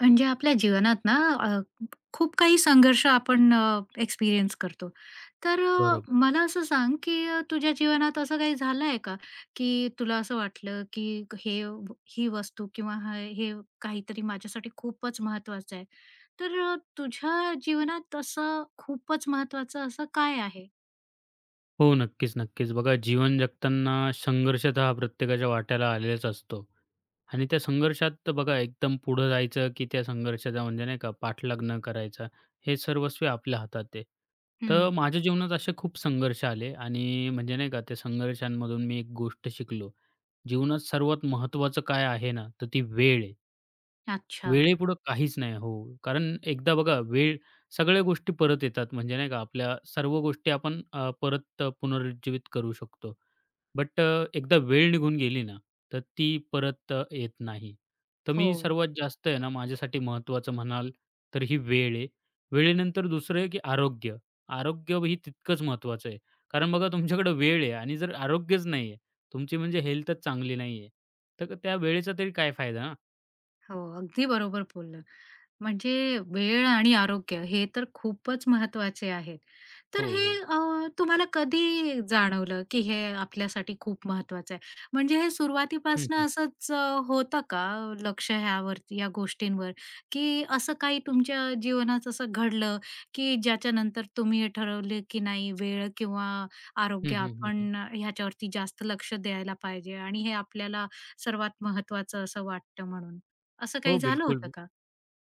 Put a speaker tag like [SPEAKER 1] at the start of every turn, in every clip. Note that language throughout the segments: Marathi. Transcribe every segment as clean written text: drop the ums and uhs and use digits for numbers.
[SPEAKER 1] म्हणजे आपल्या जीवनात ना अ, खूप काही संघर्ष आपण एक्सपिरियन्स करतो. तर
[SPEAKER 2] बरोबर.
[SPEAKER 1] मला असं सांग, की तुझ्या जीवनात असं काही झालंय का, की तुला असं वाटलं, की ही वस्तू किंवा हे हे काहीतरी माझ्यासाठी खूपच महत्वाचं आहे. तर तुझ्या जीवनात असं खूपच महत्वाचं असं काय आहे?
[SPEAKER 2] हो, नक्कीच, नक्कीच. बघा जीवन जगताना संघर्ष तर हा प्रत्येकाच्या वाट्याला आलेलाच असतो. आणि त्या संघर्षात तर बघा एकदम पुढं जायचं, की त्या संघर्षाचा म्हणजे नाही का पाठलाग न करायचा, हे सर्वस्वी आपल्या हातात आहे.
[SPEAKER 1] हं.
[SPEAKER 2] तर माझ्या जीवनात असे खूप संघर्ष आले आणि म्हणजे नाही का त्या संघर्षांमधून मी एक गोष्ट शिकलो. जीवनात सर्वात महत्त्वाचं काय आहे ना, तर ती वेळ आहे.
[SPEAKER 1] अच्छा.
[SPEAKER 2] वेळेपुढं काहीच नाही. हो. कारण एकदा बघा वेळ सगळ्या गोष्टी परत येतात. म्हणजे नाही का आपल्या सर्व गोष्टी आपण परत पुनरुज्जीवित करू शकतो. बट एकदा वेळ निघून गेली ना, तर ती परत येत नाही. तर
[SPEAKER 1] हो,
[SPEAKER 2] मी सर्वात जास्त आहे ना माझ्यासाठी महत्त्वाचं म्हणाल तर ही वेळ आहे. वेळेनंतर दुसरं आहे की आरोग्य. आरोग्य ही तितकंच महत्त्वाचं आहे. कारण बघा तुमच्याकडे वेळ आहे आणि जर आरोग्यच नाही आहे, तुमची म्हणजे हेल्थच चांगली नाही आहे. तर त्या वेळेचा तरी काय फायदा ना?
[SPEAKER 1] हो. अगदी बरोबर बोललात. म्हणजे वेळ आणि आरोग्य हे तर खूपच महत्वाचे आहेत.
[SPEAKER 2] हो,
[SPEAKER 1] तर हे
[SPEAKER 2] हो.
[SPEAKER 1] तुम्हाला कधी जाणवलं, की हे आपल्यासाठी खूप महत्वाचं आहे? म्हणजे हे
[SPEAKER 2] हं,
[SPEAKER 1] सुरुवातीपासनं
[SPEAKER 2] हं.
[SPEAKER 1] असंच होतं का लक्ष ह्यावरती या गोष्टींवर, की असं काही तुमच्या जीवनात असं घडलं, की ज्याच्यानंतर तुम्ही हे ठरवले, की नाही वेळ किंवा
[SPEAKER 2] हं,
[SPEAKER 1] आरोग्य
[SPEAKER 2] हं, हं, हं.
[SPEAKER 1] आपण ह्याच्यावरती जास्त लक्ष द्यायला पाहिजे आणि हे आपल्याला सर्वात महत्वाचं असं वाटतं म्हणून. असं
[SPEAKER 2] हो,
[SPEAKER 1] काही झालं होतं
[SPEAKER 2] बिलकुल.
[SPEAKER 1] का?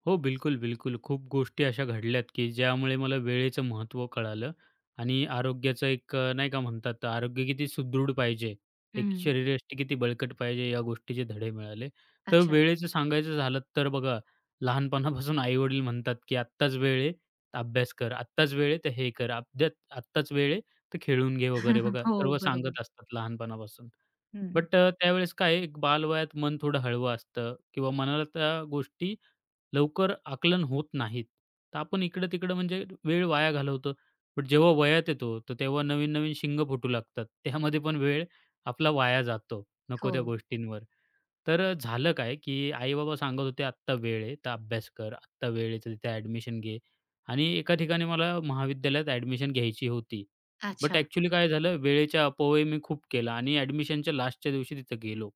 [SPEAKER 2] हो, बिलकुल, बिलकुल. खूप गोष्टी अशा घडल्यात, की ज्यामुळे मला वेळेचं महत्त्व कळालं आणि आरोग्याचं एक नाही का म्हणतात आरोग्य किती सुदृढ पाहिजे, एक शरीरयष्टी किती बळकट पाहिजे या गोष्टीचे धडे मिळाले. तर
[SPEAKER 1] अच्छा.
[SPEAKER 2] वेळेचं सांगायचं झालं तर बघा, लहानपणापासून आई-वडील म्हणतात, की "आत्ताच वेळ आहे, अभ्यास कर. आत्ताच वेळ आहे, तर हे कर. आत्ताच वेळ आहे, तर खेळून घे" वगैरे बघा
[SPEAKER 1] हो,
[SPEAKER 2] सर्व
[SPEAKER 1] बरोबर.
[SPEAKER 2] सांगत असतात लहानपणापासून.
[SPEAKER 1] हं.
[SPEAKER 2] बट त्यावेळेस काय आहे, एक बालवयात मन थोडं हळवं असतं किंवा मनाला त्या गोष्टी लवकर आकलन होत नाहीत. तर आपण इकडं-तिकडं म्हणजे वेळ वाया घालवतो. बट जेव्हा वयात येतो, तर तेव्हा नवीन-नवीन शिंगं फुटू लागतात. त्यामध्ये पण वेळ आपला वाया जातो, नको
[SPEAKER 1] हो.
[SPEAKER 2] त्या गोष्टींवर. तर झालं काय, की आई-बाबा सांगत होते, "आत्ता वेळ आहे, तर अभ्यास कर. आत्ता वेळ आहे, तर तिथे ॲडमिशन घे." आणि एका ठिकाणी मला महाविद्यालयात ॲडमिशन घ्यायची होती. बट
[SPEAKER 1] अच्छा.
[SPEAKER 2] ॲक्चुअली काय झालं, वेळेच्या अपव्यय मी खूप केला आणि ॲडमिशनच्या लास्टच्या दिवशी तिथं गेलो.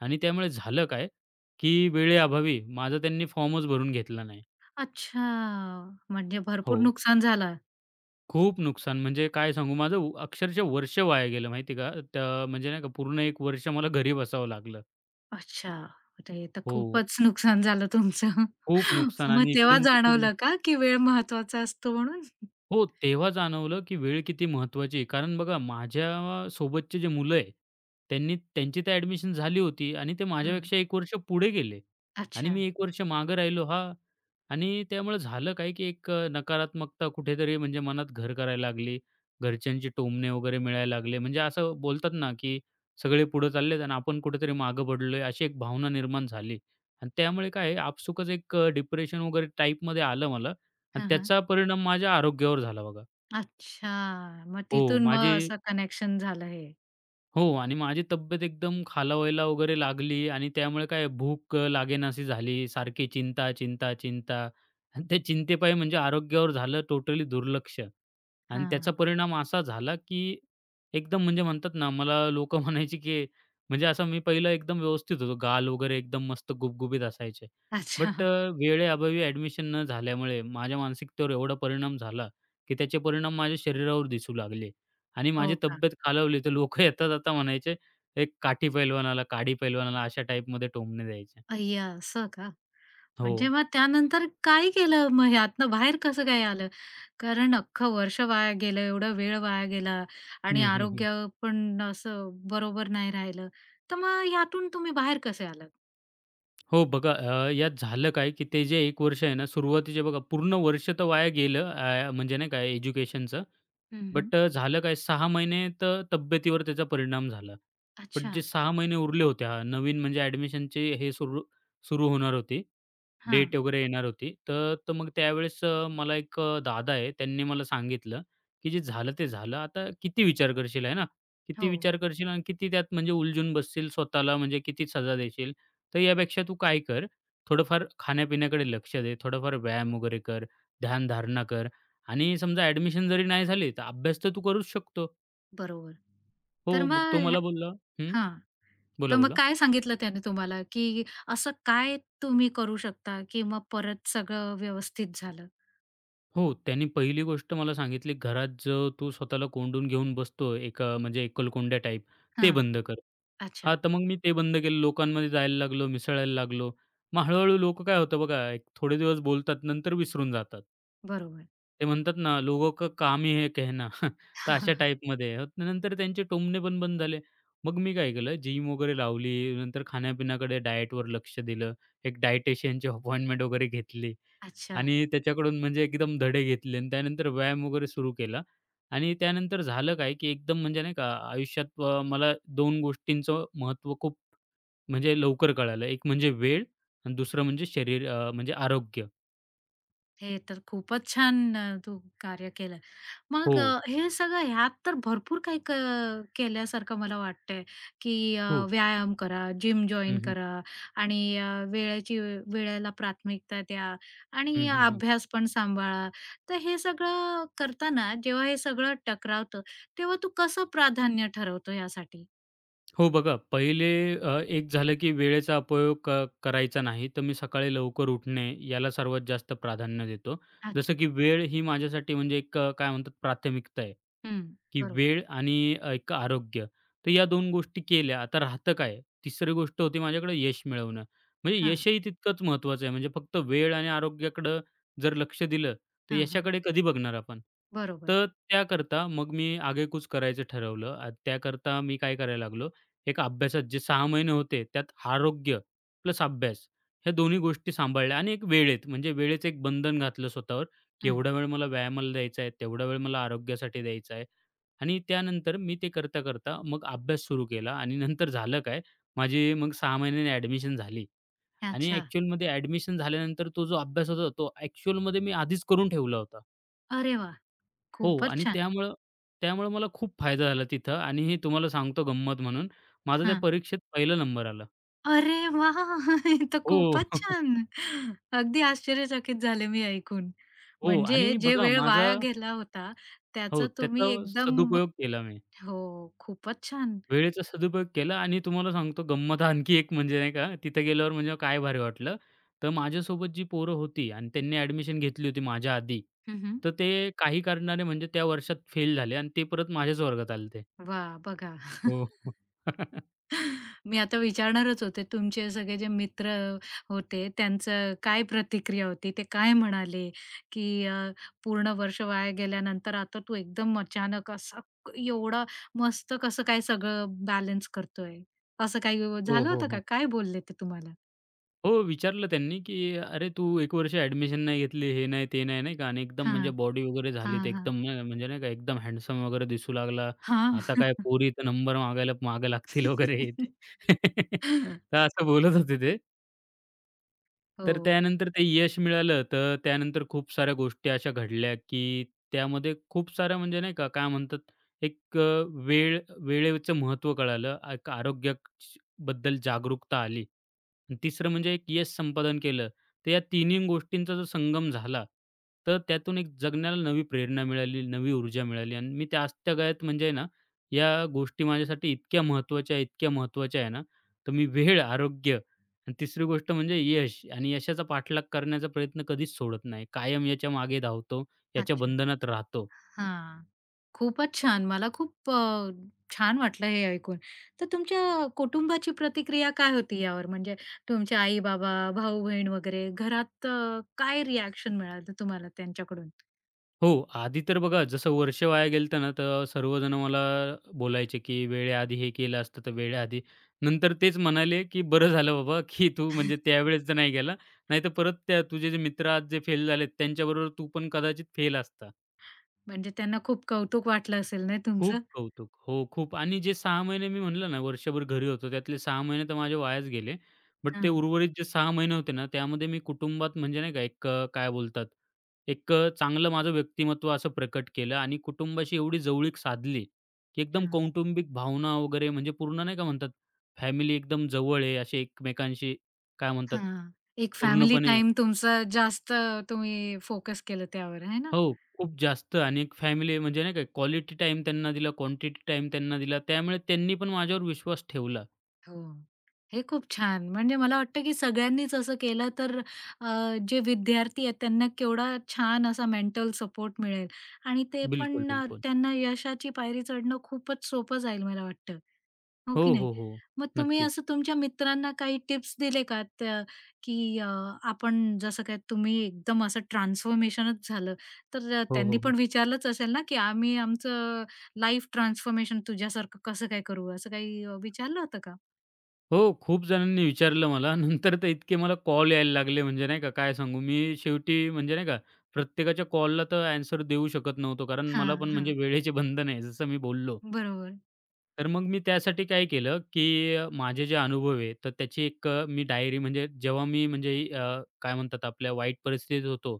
[SPEAKER 2] आणि त्यामुळे झालं काय, की वेळेअभावी माझा त्यांनी फॉर्मच भरून घेतला नाही.
[SPEAKER 1] अच्छा. म्हणजे
[SPEAKER 2] हो.
[SPEAKER 1] भरपूर नुकसान झालं.
[SPEAKER 2] खूप नुकसान म्हणजे काय सांगू माझं अक्षरशः वर्ष वाया गेलं माहिती आहे का? त्या म्हणजे नाही का पूर्ण 1 वर्ष मला घरी बसावं लागलं.
[SPEAKER 1] अच्छा. ते तर
[SPEAKER 2] हो.
[SPEAKER 1] खूपच नुकसान झालं तुमचं.
[SPEAKER 2] खूप नुकसान
[SPEAKER 1] मग
[SPEAKER 2] आणि
[SPEAKER 1] तेव्हा
[SPEAKER 2] इकडून-तिकडून
[SPEAKER 1] जाणवलं का, की वेळ महत्वाचा असतो म्हणून?
[SPEAKER 2] हो, तेव्हा जाणवलं, की वेळ किती महत्त्वाची आहे. कारण बघा माझ्या सोबतचे जे मुलं आहे, त्यांनी त्यांची तर ॲडमिशन झाली होती आणि ते
[SPEAKER 1] हं.
[SPEAKER 2] माझ्यापेक्षा एक वर्ष पुढे गेले आणि
[SPEAKER 1] अच्छा.
[SPEAKER 2] मी 1 वर्ष मागं राहिलो हां. आणि त्यामुळे झालं काय, की एक नकारात्मकता कुठेतरी म्हणजे मनात घर करायला लागली. घरच्यांची टोमणे वगैरे मिळायला लागले. म्हणजे असं बोलतात ना, की सगळे पुढे चाललेत आणि आपण कुठेतरी मागं पडलोय, अशी एक भावना निर्माण झाली. आणि त्यामुळे काय आहे, आपसुकच एक डिप्रेशन वगैरे टाइपमध्ये आलं मला. आणि
[SPEAKER 1] हां, हां.
[SPEAKER 2] त्याचा परिणाम माझ्या आरोग्यावर झाला बघा.
[SPEAKER 1] अच्छा. मग
[SPEAKER 2] हो,
[SPEAKER 1] तिथून मग
[SPEAKER 2] माझे
[SPEAKER 1] असं कनेक्शन झालं हे.
[SPEAKER 2] हो आणि माझी तब्येत एकदम खालावायला वगैरे लागली आणि त्यामुळे काय भूक लागेनाशी झाली. सारखी चिंता, चिंता, चिंता आणि त्या चिंतेपायी म्हणजे आरोग्यावर झालं टोटली दुर्लक्ष. आणि त्याचा
[SPEAKER 1] हां.
[SPEAKER 2] परिणाम असा झाला, की एकदम म्हणजे म्हणतात ना, मला लोकं म्हणायची, की म्हणजे असं मी पहिलं एकदम व्यवस्थित होतो. गाल वगैरे एकदम मस्त गुबगुबीत असायचे. बट
[SPEAKER 1] अच्छा.
[SPEAKER 2] वेळेअभावी ॲडमिशन न झाल्यामुळे माझ्या मानसिकतेवर एवढा परिणाम झाला, की त्याचे परिणाम माझ्या शरीरावर दिसू लागले. आणि माझी
[SPEAKER 1] हो का?
[SPEAKER 2] तब्येत खालावली, तर लोक येता-जाता म्हणायचे, "एक काठी पैलवान काडी पैलवान आला." अशा टाईपमध्ये टोमणे द्यायचे.
[SPEAKER 1] अय्या! असं का?
[SPEAKER 2] हो.
[SPEAKER 1] म्हणजे मग त्यानंतर काय केलं मग ह्यातनं बाहेर कसं काय आलं? कारण अख्खं वर्ष वाया गेलं, एवढा वेळ वाया गेला
[SPEAKER 2] हं,
[SPEAKER 1] आणि
[SPEAKER 2] हं, हं.
[SPEAKER 1] आरोग्य पण असं बरोबर नाही राहिलं. तर मग ह्यातून तुम्ही बाहेर कसे आलात?
[SPEAKER 2] हो बघा यात झालं काय, की ते जे 1 वर्ष आहे ना, सुरुवातीचे बघा पूर्ण वर्ष तर वाया गेलं. म्हणजे नाही का एज्युकेशनचं.
[SPEAKER 1] हं, हं.
[SPEAKER 2] बट झालं काय 6 महिने तर तब्येतीवर त्याचा परिणाम झाला. पण
[SPEAKER 1] अच्छा.
[SPEAKER 2] जे 6 महिने उरले होते हां, नवीन म्हणजे ॲडमिशनचे हे सुरू सुरू होणार होती.
[SPEAKER 1] हां.
[SPEAKER 2] डेट वगैरे येणार होती. तर तर मग त्यावेळेस मला एक दादा आहे त्यांनी मला सांगितलं, की "जे झालं ते झालं. आता किती विचार करशील आहे ना? किती
[SPEAKER 1] हो,
[SPEAKER 2] विचार करशील आणि किती त्यात म्हणजे उलझून बसशील स्वतःला म्हणजे किती सजा देशील. तर यापेक्षा तू काय कर, थोडंफार खाण्यापिण्याकडे लक्ष दे, थोडंफार व्यायाम वगैरे कर, ध्यानधारणा कर. आणि समजा ॲडमिशन जरी नाही झाली, तर अभ्यास तर तू करूच शकतो.
[SPEAKER 1] बरोबर. तर
[SPEAKER 2] हो, मग
[SPEAKER 1] मग
[SPEAKER 2] तो
[SPEAKER 1] ह्या
[SPEAKER 2] मला बोलला हं,
[SPEAKER 1] हां. तर
[SPEAKER 2] बोला,
[SPEAKER 1] मग
[SPEAKER 2] बोला.
[SPEAKER 1] काय सांगितलं त्याने तुम्हाला, की असं काय तुम्ही करू शकता, की मग परत सगळं व्यवस्थित झालं?
[SPEAKER 2] हो, त्यांनी पहिली गोष्ट मला सांगितली, "घरात जो तू स्वतःला कोंडून घेऊन बसतो, एका म्हणजे एकलकोंड्या टाईप, ते
[SPEAKER 1] हां.
[SPEAKER 2] बंद कर."
[SPEAKER 1] अच्छा.
[SPEAKER 2] हां, तर मग मी ते बंद केलं. लोकांमध्ये जायला लागलो, मिसळायला लागलो. मग हळू-हळू लोक काय होतं बघा, एक थोडे दिवस बोलतात, नंतर विसरून जातात.
[SPEAKER 1] बरोबर.
[SPEAKER 2] ते म्हणतात ना, "लोगों का काम ही है कहना." तर अशा टाईपमध्ये. नंतर त्यांचे टोमणे पण बंद झाले. मग मी काय केलं, जिम वगैरे लावली, नंतर खाण्यापिण्याकडे डाएटवर लक्ष दिलं. एक डायटिशियनची अपॉइंटमेंट वगैरे घेतली.
[SPEAKER 1] अच्छा.
[SPEAKER 2] आणि त्याच्याकडून म्हणजे एकदम धडे घेतले आणि त्यानंतर व्यायाम वगैरे सुरू केला आणि त्यानंतर झालं काय, की एकदम म्हणजे नाही का आयुष्यात मला दोन गोष्टींचं महत्त्व खूप म्हणजे लवकर कळालं. एक म्हणजे वेळ आणि दुसरं म्हणजे शरीर म्हणजे आरोग्य.
[SPEAKER 1] हे तर खूपच छान तू कार्य केलं.
[SPEAKER 2] हो,
[SPEAKER 1] मग हे सगळं ह्यात तर भरपूर काही केल्यासारखं मला वाटतंय, की
[SPEAKER 2] खूप.
[SPEAKER 1] व्यायाम करा, जिम
[SPEAKER 2] हं,
[SPEAKER 1] जॉइन
[SPEAKER 2] हं.
[SPEAKER 1] करा आणि वेळेला प्राथमिकता द्या आणि
[SPEAKER 2] हं, हं, हं.
[SPEAKER 1] अभ्यास पण सांभाळा. तर हे सगळं करताना जेव्हा हे सगळं टकरावतं, तेव्हा तू कसं प्राधान्य ठरवतो यासाठी?
[SPEAKER 2] हो बघा, पहिले एक झालं की वेळेचा अपयोग करायचा नाही. तर मी सकाळी लवकर उठणे याला सर्वात जास्त प्राधान्य देतो.
[SPEAKER 1] अच्छा.
[SPEAKER 2] जसं की वेळ ही माझ्यासाठी म्हणजे एक काय म्हणतात प्राथमिकता आहे,
[SPEAKER 1] हं.
[SPEAKER 2] की
[SPEAKER 1] बरोबर.
[SPEAKER 2] वेळ आणि एक आरोग्य. तर या दोन गोष्टी केल्या. आता राहतं काय? तिसरी गोष्ट होती माझ्याकडे यश मिळवणं. म्हणजे
[SPEAKER 1] हां,
[SPEAKER 2] यशही तितकंच महत्त्वाचं आहे. म्हणजे फक्त वेळ आणि आरोग्याकडं जर लक्ष दिलं, तर
[SPEAKER 1] हां, हां.
[SPEAKER 2] यशाकडे कधी बघणार आपण?
[SPEAKER 1] बरोबर.
[SPEAKER 2] तर त्याकरता मग मी आगेकूच करायचं ठरवलं. त्याकरता मी काय करायला लागलो, एका अभ्यासात जे 6 महिने होते, त्यात आरोग्य प्लस अभ्यास ह्या दोन्ही गोष्टी सांभाळल्या आणि एक वेळेत, म्हणजे वेळेचं एक बंधन घातलं स्वतःवर, की
[SPEAKER 1] हं.
[SPEAKER 2] एवढा वेळ मला व्यायामाला द्यायचा आहे, तेवढा वेळ मला आरोग्यासाठी द्यायचा आहे. आणि त्यानंतर मी ते करता-करता मग अभ्यास सुरू केला आणि नंतर झालं काय, माझी मग 6 महिन्यांनी ॲडमिशन झाली आणि
[SPEAKER 1] अच्छा.
[SPEAKER 2] ॲक्चुअलमध्ये ॲडमिशन झाल्यानंतर तो जो अभ्यास होता, तो ॲक्चुअलमध्ये मी आधीच करून ठेवला होता.
[SPEAKER 1] अरे वाह!
[SPEAKER 2] हो
[SPEAKER 1] खूपच
[SPEAKER 2] आणि
[SPEAKER 1] छान.
[SPEAKER 2] त्यामुळं त्यामुळं मला खूप फायदा झाला तिथं आणि हे तुम्हाला सांगतो गंमत म्हणून, माझा त्या
[SPEAKER 1] हां.
[SPEAKER 2] परीक्षेत पहिला नंबर आला.
[SPEAKER 1] अरे वाह! हे तर
[SPEAKER 2] हो.
[SPEAKER 1] खूपच छान. अगदी आश्चर्यचकित झाले मी ऐकून.
[SPEAKER 2] हो
[SPEAKER 1] म्हणजे
[SPEAKER 2] आणि
[SPEAKER 1] जे
[SPEAKER 2] बघा
[SPEAKER 1] वेळ
[SPEAKER 2] माझा
[SPEAKER 1] वाया गेला होता,
[SPEAKER 2] हो,
[SPEAKER 1] त्याचं तुम्ही
[SPEAKER 2] त्याचा
[SPEAKER 1] एकदम
[SPEAKER 2] सदुपयोग केला मी.
[SPEAKER 1] हो, खूपच छान.
[SPEAKER 2] वेळेचा सदुपयोग केला आणि तुम्हाला सांगतो गंमत आणखी एक म्हणजे नाही का, तिथे गेल्यावर म्हणजे काय भारी वाटलं. तर माझ्यासोबत जी पोरं होती आणि त्यांनी ॲडमिशन घेतली होती माझ्या आधी.
[SPEAKER 1] हं, हं.
[SPEAKER 2] तर ते काही कारणाने म्हणजे त्या वर्षात फेल झाले आणि ते परत माझ्याच वर्गात आले ते.
[SPEAKER 1] बघा.
[SPEAKER 2] हो.
[SPEAKER 1] मी आता विचारणारच होते तुमचे सगळे जे मित्र होते त्यांचं काय प्रतिक्रिया होती? ते काय म्हणाले? की पूर्ण वर्ष वाया गेल्यानंतर आता तू एकदम अचानक असा एवढा मस्त कसं काय सगळं बॅलन्स करतोय?
[SPEAKER 2] हो,
[SPEAKER 1] झालं
[SPEAKER 2] हो,
[SPEAKER 1] होतं का?
[SPEAKER 2] हो.
[SPEAKER 1] काय बोलले ते तुम्हाला?
[SPEAKER 2] हो, विचारलं त्यांनी, की "अरे, तू एक वर्ष ॲडमिशन नाही घेतली, हे नाही, ते नाही." नाही का? आणि एकदम
[SPEAKER 1] हां,
[SPEAKER 2] म्हणजे बॉडी वगैरे झाली तर
[SPEAKER 1] हां, हां.
[SPEAKER 2] एकदम नाही का, म्हणजे नाही का एकदम हँडसम वगैरे दिसू लागला.
[SPEAKER 1] हां.
[SPEAKER 2] आता काय पोरी तर नंबर मागायला मागे लागतील वगैरे हे ते. तर असं बोलत होते ते. तर
[SPEAKER 1] हो.
[SPEAKER 2] त्यानंतर ते यश मिळालं, तर त्यानंतर खूप साऱ्या गोष्टी अशा घडल्या, की त्यामध्ये खूप साऱ्या म्हणजे नाही का, काय म्हणतात, एक वेळेचं महत्त्व कळालं. एक आरोग्याबद्दल जागरूकता आली. आणि तिसरं म्हणजे एक यश संपादन केलं. तर या तिन्ही गोष्टींचा जो संगम झाला, तर त्यातून एक जगण्याला नवी प्रेरणा मिळाली, नवी ऊर्जा मिळाली आणि मी त्या आजतागायत म्हणजे आहे ना, या गोष्टी माझ्यासाठी इतक्या महत्त्वाच्या, इतक्या महत्त्वाच्या आहे ना, तर मी वेळ, आरोग्य आणि तिसरी गोष्ट म्हणजे यश आणि यशाचा पाठलाग करण्याचा प्रयत्न कधीच सोडत नाही. कायम याच्या मागे धावतो, याच्या
[SPEAKER 1] अच्छा.
[SPEAKER 2] बंधनात राहतो.
[SPEAKER 1] हां. खूपच छान. मला खूप छान वाटलं हे ऐकून. तर तुमच्या कुटुंबाची प्रतिक्रिया काय होती यावर? म्हणजे तुमचे आई-बाबा, भाऊ-बहीण वगैरे घरात काय रिएक्शन मिळालं तुम्हाला त्यांच्याकडून?
[SPEAKER 2] हो, आधी तर बघा जसं वर्ष वाया गेलं ना, तर सर्वजण मला बोलायचे, की वेळेआधी हे केलं असतं तर वेळेआधी. नंतर तेच म्हणाले, की "बरं झालं बाबा, की तू म्हणजे त्यावेळेस तर नाही गेला, नाहीतर परत त्या तुझे जे मित्र आज जे फेल झालेत, त्यांच्याबरोबर तू पण कदाचित फेल असता."
[SPEAKER 1] म्हणजे त्यांना खूप कौतुक वाटलं असेल ना
[SPEAKER 2] खूप
[SPEAKER 1] तुमचं?
[SPEAKER 2] कौतुक. हो, खूप आणि जे 6 महिने मी म्हटलं ना, वर्षभर घरी होतो, त्यातले 6 महिने तर माझे वायाच गेले. बट ते
[SPEAKER 1] हां,
[SPEAKER 2] उर्वरित जे 6 महिने होते ना, त्यामध्ये मी कुटुंबात म्हणजे नाही का एक काय बोलतात, एक चांगलं माझं व्यक्तिमत्व असं प्रकट केलं आणि कुटुंबाशी एवढी जवळीक साधली, की एकदम
[SPEAKER 1] हां,
[SPEAKER 2] कौटुंबिक भावना वगैरे म्हणजे पूर्ण नाही का म्हणतात, फॅमिली एकदम जवळ आहे, असे एकमेकांशी काय म्हणतात,
[SPEAKER 1] हां. एक फॅमिली
[SPEAKER 2] पूर्णपणे
[SPEAKER 1] टाईम तुमचा जास्त तुम्ही फोकस केलं त्यावर, आहे ना?
[SPEAKER 2] हो, खूप जास्त आणि एक फॅमिली म्हणजे नाही का क्वालिटी टाईम त्यांना दिला, क्वांटिटी टाईम त्यांना दिला. त्यामुळे त्यांनी पण माझ्यावर विश्वास ठेवला.
[SPEAKER 1] हो. हे खूप छान. म्हणजे मला वाटतं की सगळ्यांनीच असं केलं तर अ, जे विद्यार्थी आहेत त्यांना केवढा छान असा मेंटल सपोर्ट मिळेल आणि ते
[SPEAKER 2] बिलकुल,
[SPEAKER 1] पण
[SPEAKER 2] बिलकुल.
[SPEAKER 1] त्यांना यशाची पायरी चढणं खूपच सोपं जाईल मला वाटतं. हो
[SPEAKER 2] हो,
[SPEAKER 1] की नाही?
[SPEAKER 2] हो, हो.
[SPEAKER 1] मग तुम्ही
[SPEAKER 2] नक्कीच.
[SPEAKER 1] असं तुमच्या मित्रांना काही टिप्स दिले का त्या की आपण जसं काय तुम्ही एकदम असं ट्रान्सफॉर्मेशनच झालं, तर
[SPEAKER 2] हो,
[SPEAKER 1] त्यांनी
[SPEAKER 2] हो, हो.
[SPEAKER 1] पण विचारलंच असेल ना की आम्ही आमचं लाईफ ट्रान्सफॉर्मेशन तुझ्यासारखं कसं काय करू? असं काही विचारलं होतं का?
[SPEAKER 2] हो, खूप जणांनी विचारलं मला. नंतर तर इतके मला कॉल यायला लागले म्हणजे नाही का काय सांगू. मी शेवटी म्हणजे नाही का प्रत्येकाच्या कॉलला तर ॲन्सर देऊ शकत नव्हतो. कारण मला
[SPEAKER 1] हां,
[SPEAKER 2] पण म्हणजे
[SPEAKER 1] हां.
[SPEAKER 2] वेळेचे बंधन आहे जसं मी बोललो.
[SPEAKER 1] बरोबर.
[SPEAKER 2] तर मग मी त्यासाठी काय केलं, की माझे जे अनुभव आहे, तर त्याची एक मी डायरी म्हणजे जेव्हा मी म्हणजे काय म्हणतात आपल्या वाईट परिस्थितीत होतो,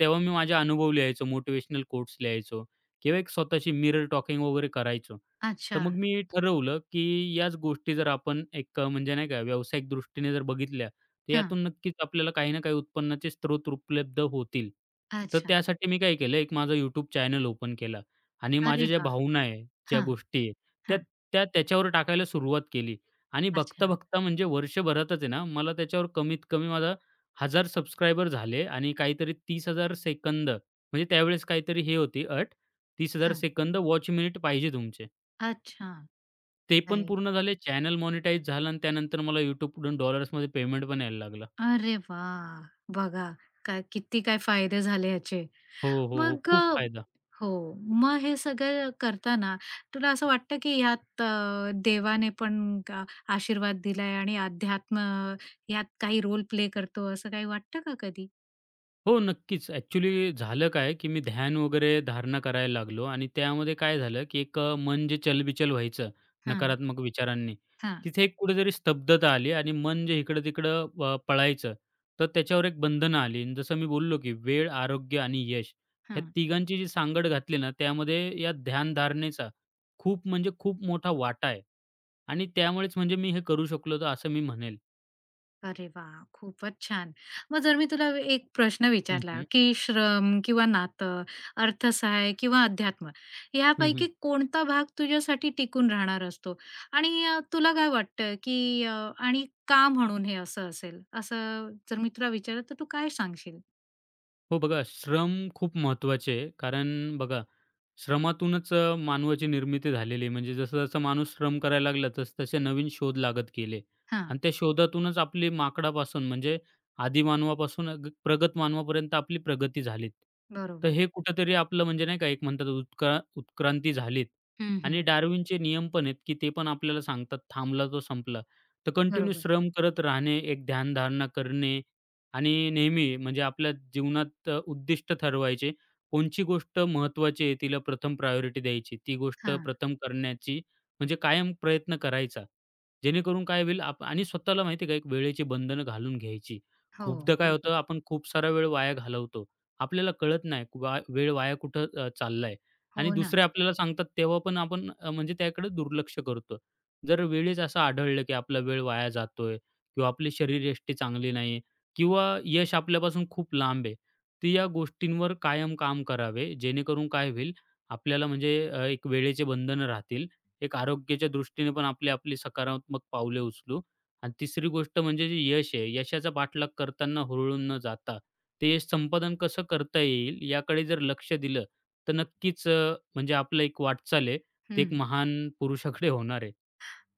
[SPEAKER 2] तेव्हा मी माझे अनुभव लिहायचो, मोटिव्हेशनल कोट्स लिहायचो किंवा एक स्वतःशी मिरर टॉकिंग वगैरे करायचो. तर
[SPEAKER 1] अच्छा.
[SPEAKER 2] मग मी ठरवलं, की याच गोष्टी जर आपण एक म्हणजे नाही का व्यावसायिक दृष्टीने जर बघितल्या, तर
[SPEAKER 1] हां.
[SPEAKER 2] यातून नक्कीच आपल्याला काही ना काही उत्पन्नाचे स्रोत उपलब्ध होतील. तर
[SPEAKER 1] अच्छा.
[SPEAKER 2] त्यासाठी मी काय केलं, एक माझा YouTube चॅनल ओपन केला आणि माझ्या
[SPEAKER 1] अरे
[SPEAKER 2] ज्या
[SPEAKER 1] वाह!
[SPEAKER 2] भावना आहे, ज्या
[SPEAKER 1] हां,
[SPEAKER 2] गोष्टी आहे त्या
[SPEAKER 1] हां.
[SPEAKER 2] त्या त्याच्यावर टाकायला सुरुवात केली आणि
[SPEAKER 1] अच्छा.
[SPEAKER 2] बघता-बघता म्हणजे वर्षभरातच आहे ना, मला त्याच्यावर कमीत कमी माझा 1000 सबस्क्रायबर झाले आणि काहीतरी 30,000 सेकंद म्हणजे त्यावेळेस काहीतरी हे होती अट 30,000
[SPEAKER 1] हां.
[SPEAKER 2] सेकंद वॉच मिनिट पाहिजे तुमचे.
[SPEAKER 1] अच्छा.
[SPEAKER 2] ते पण
[SPEAKER 1] अरे
[SPEAKER 2] पूर्ण झाले. चॅनल मॉनिटाईज झालं आणि त्यानंतर मला YouTubeकडून डॉलर्समध्ये पेमेंट पण यायला लागलं.
[SPEAKER 1] अरे वाह! बघा काय किती काय फायदे झाले ह्याचे.
[SPEAKER 2] हो, हो, हो.
[SPEAKER 1] मग
[SPEAKER 2] खूप फायदा.
[SPEAKER 1] हो. मग हे सगळं करताना तुला असं वाटतं की ह्यात देवाने पण का आशीर्वाद दिलाय आणि अध्यात्म ह्यात काही रोल प्ले करतो असं काही वाटतं का कधी?
[SPEAKER 2] हो, नक्कीच. ॲक्चुअली झालं काय, की मी ध्यान वगैरे धारणा करायला लागलो आणि त्यामध्ये काय झालं, की एक मन जे चलबिचल व्हायचं नकारात्मक विचारांनी,
[SPEAKER 1] हां,
[SPEAKER 2] तिथे एक कुठेतरी स्तब्धता आली आणि मन जे इकडं-तिकडं पळायचं, तर त्याच्यावर एक बंधनं आली आणि जसं मी बोललो, की वेळ, आरोग्य आणि यश ह्या
[SPEAKER 1] हां.
[SPEAKER 2] तिघांची जी सांगड घातली ना, त्यामध्ये या ध्यानधारणेचा खूप म्हणजे खूप मोठा वाटा आहे आणि त्यामुळेच म्हणजे मी हे करू शकलो, तर असं मी म्हणेल.
[SPEAKER 1] अरे वा, खूपच छान. मग जर मी तुला एक प्रश्न
[SPEAKER 2] हं,
[SPEAKER 1] विचारला,
[SPEAKER 2] हं.
[SPEAKER 1] की श्रम किंवा नातं, अर्थसहाय्य किंवा अध्यात्म
[SPEAKER 2] हं, हं.
[SPEAKER 1] यापैकी कोणता भाग तुझ्यासाठी टिकून राहणार असतो? आणि तुला काय वाटतं, की आणि का म्हणून हे असं असेल? असं जर मी तुला विचारलं तर तू काय सांगशील?
[SPEAKER 2] हो बघा, श्रम खूप महत्त्वाचे आहे. कारण बघा, श्रमातूनच मानवाची निर्मिती झालेली आहे. म्हणजे जसं-जसं माणूस श्रम करायला लागला, तसतसे नवीन शोध लागत गेले
[SPEAKER 1] हां,
[SPEAKER 2] आणि त्या शोधातूनच आपली माकडापासून म्हणजे आदी मानवापासून अग प्रगत मानवापर्यंत आपली प्रगती झालीत. तर
[SPEAKER 1] बरोबर.
[SPEAKER 2] हे कुठेतरी आपलं म्हणजे नाही का, एक म्हणतात उत्क्रांती झालीत
[SPEAKER 1] हं,
[SPEAKER 2] आणि
[SPEAKER 1] हं.
[SPEAKER 2] डार्विनचे नियम पण आहेत, की ते पण आपल्याला सांगतात, "थांबला तो संपला." तर कंटिन्यू
[SPEAKER 1] बरोबर.
[SPEAKER 2] श्रम करत राहणे, एक ध्यानधारणा करणे आणि नेहमी म्हणजे आपल्या जीवनात उद्दिष्ट ठरवायचे. कोणची गोष्ट महत्त्वाची आहे, तिला प्रथम प्रायोरिटी द्यायची. ती गोष्ट
[SPEAKER 1] हां.
[SPEAKER 2] प्रथम करण्याची म्हणजे कायम प्रयत्न करायचा. जेणेकरून काय होईल आणि स्वतःला माहिती आहे का, एक वेळेची बंधनं घालून घ्यायची.
[SPEAKER 1] हो,
[SPEAKER 2] खूपदा काय होतं,
[SPEAKER 1] बरोबर.
[SPEAKER 2] आपण खूप सारा वेळ वाया घालवतो. आपल्याला कळत नाही की वेळ वाया कुठं चाललाय आणि
[SPEAKER 1] हो ना.
[SPEAKER 2] दुसरे आपल्याला सांगतात तेव्हा पण आपण म्हणजे त्याकडे दुर्लक्ष करतो. जर वेळेस असं आढळलं, की आपला वेळ वाया जातोय किंवा आपली शरीरयष्टी चांगली नाही किंवा यश आपल्यापासून खूप लांब आहे. तर या गोष्टींवर कायम काम करावे. जेणेकरून काय होईल आपल्याला म्हणजे एक वेळेचे बंधनं राहतील. एक आरोग्याच्या दृष्टीने पण आपली आपली सकारात्मक पावले उचलू आणि तिसरी गोष्ट म्हणजे जे यश आहे, यशाचा पाठलाग करताना हुरळून न जाता ते यश संपादन कसं करता येईल याकडे जर लक्ष दिलं, तर नक्कीच म्हणजे आपलं एक वाटचाल आहे, ते एक महान पुरुषाकडे होणार आहे.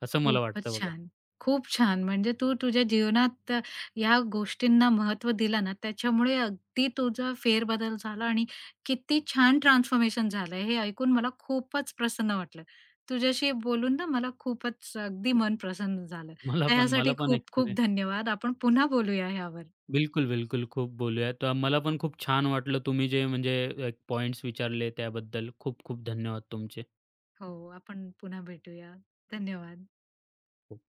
[SPEAKER 2] असं मला
[SPEAKER 1] खूपच
[SPEAKER 2] वाटतं बघा.
[SPEAKER 1] छान. खूप छान. म्हणजे तू तुझ्या जीवनात ह्या गोष्टींना महत्त्व दिलं ना, त्याच्यामुळे अगदी तुझा फेरबदल झाला आणि किती छान ट्रान्सफॉर्मेशन झालं. हे ऐकून मला खूपच प्रसन्न वाटलं. तुझ्याशी बोलून ना मला खूपच अगदी मन प्रसन्न झालं.
[SPEAKER 2] मला
[SPEAKER 1] तर
[SPEAKER 2] पण मला
[SPEAKER 1] ह्यासाठी
[SPEAKER 2] पण एक
[SPEAKER 1] खूप खूप धन्यवाद. आपण पुन्हा बोलूया ह्यावर.
[SPEAKER 2] बिलकुल, बिलकुल. खूप बोलूया. तर मला पण खूप छान वाटलं तुम्ही जे म्हणजे पॉइंट्स विचारले त्याबद्दल खूप खूप धन्यवाद तुमचे.
[SPEAKER 1] हो, आपण पुन्हा भेटूया. धन्यवाद.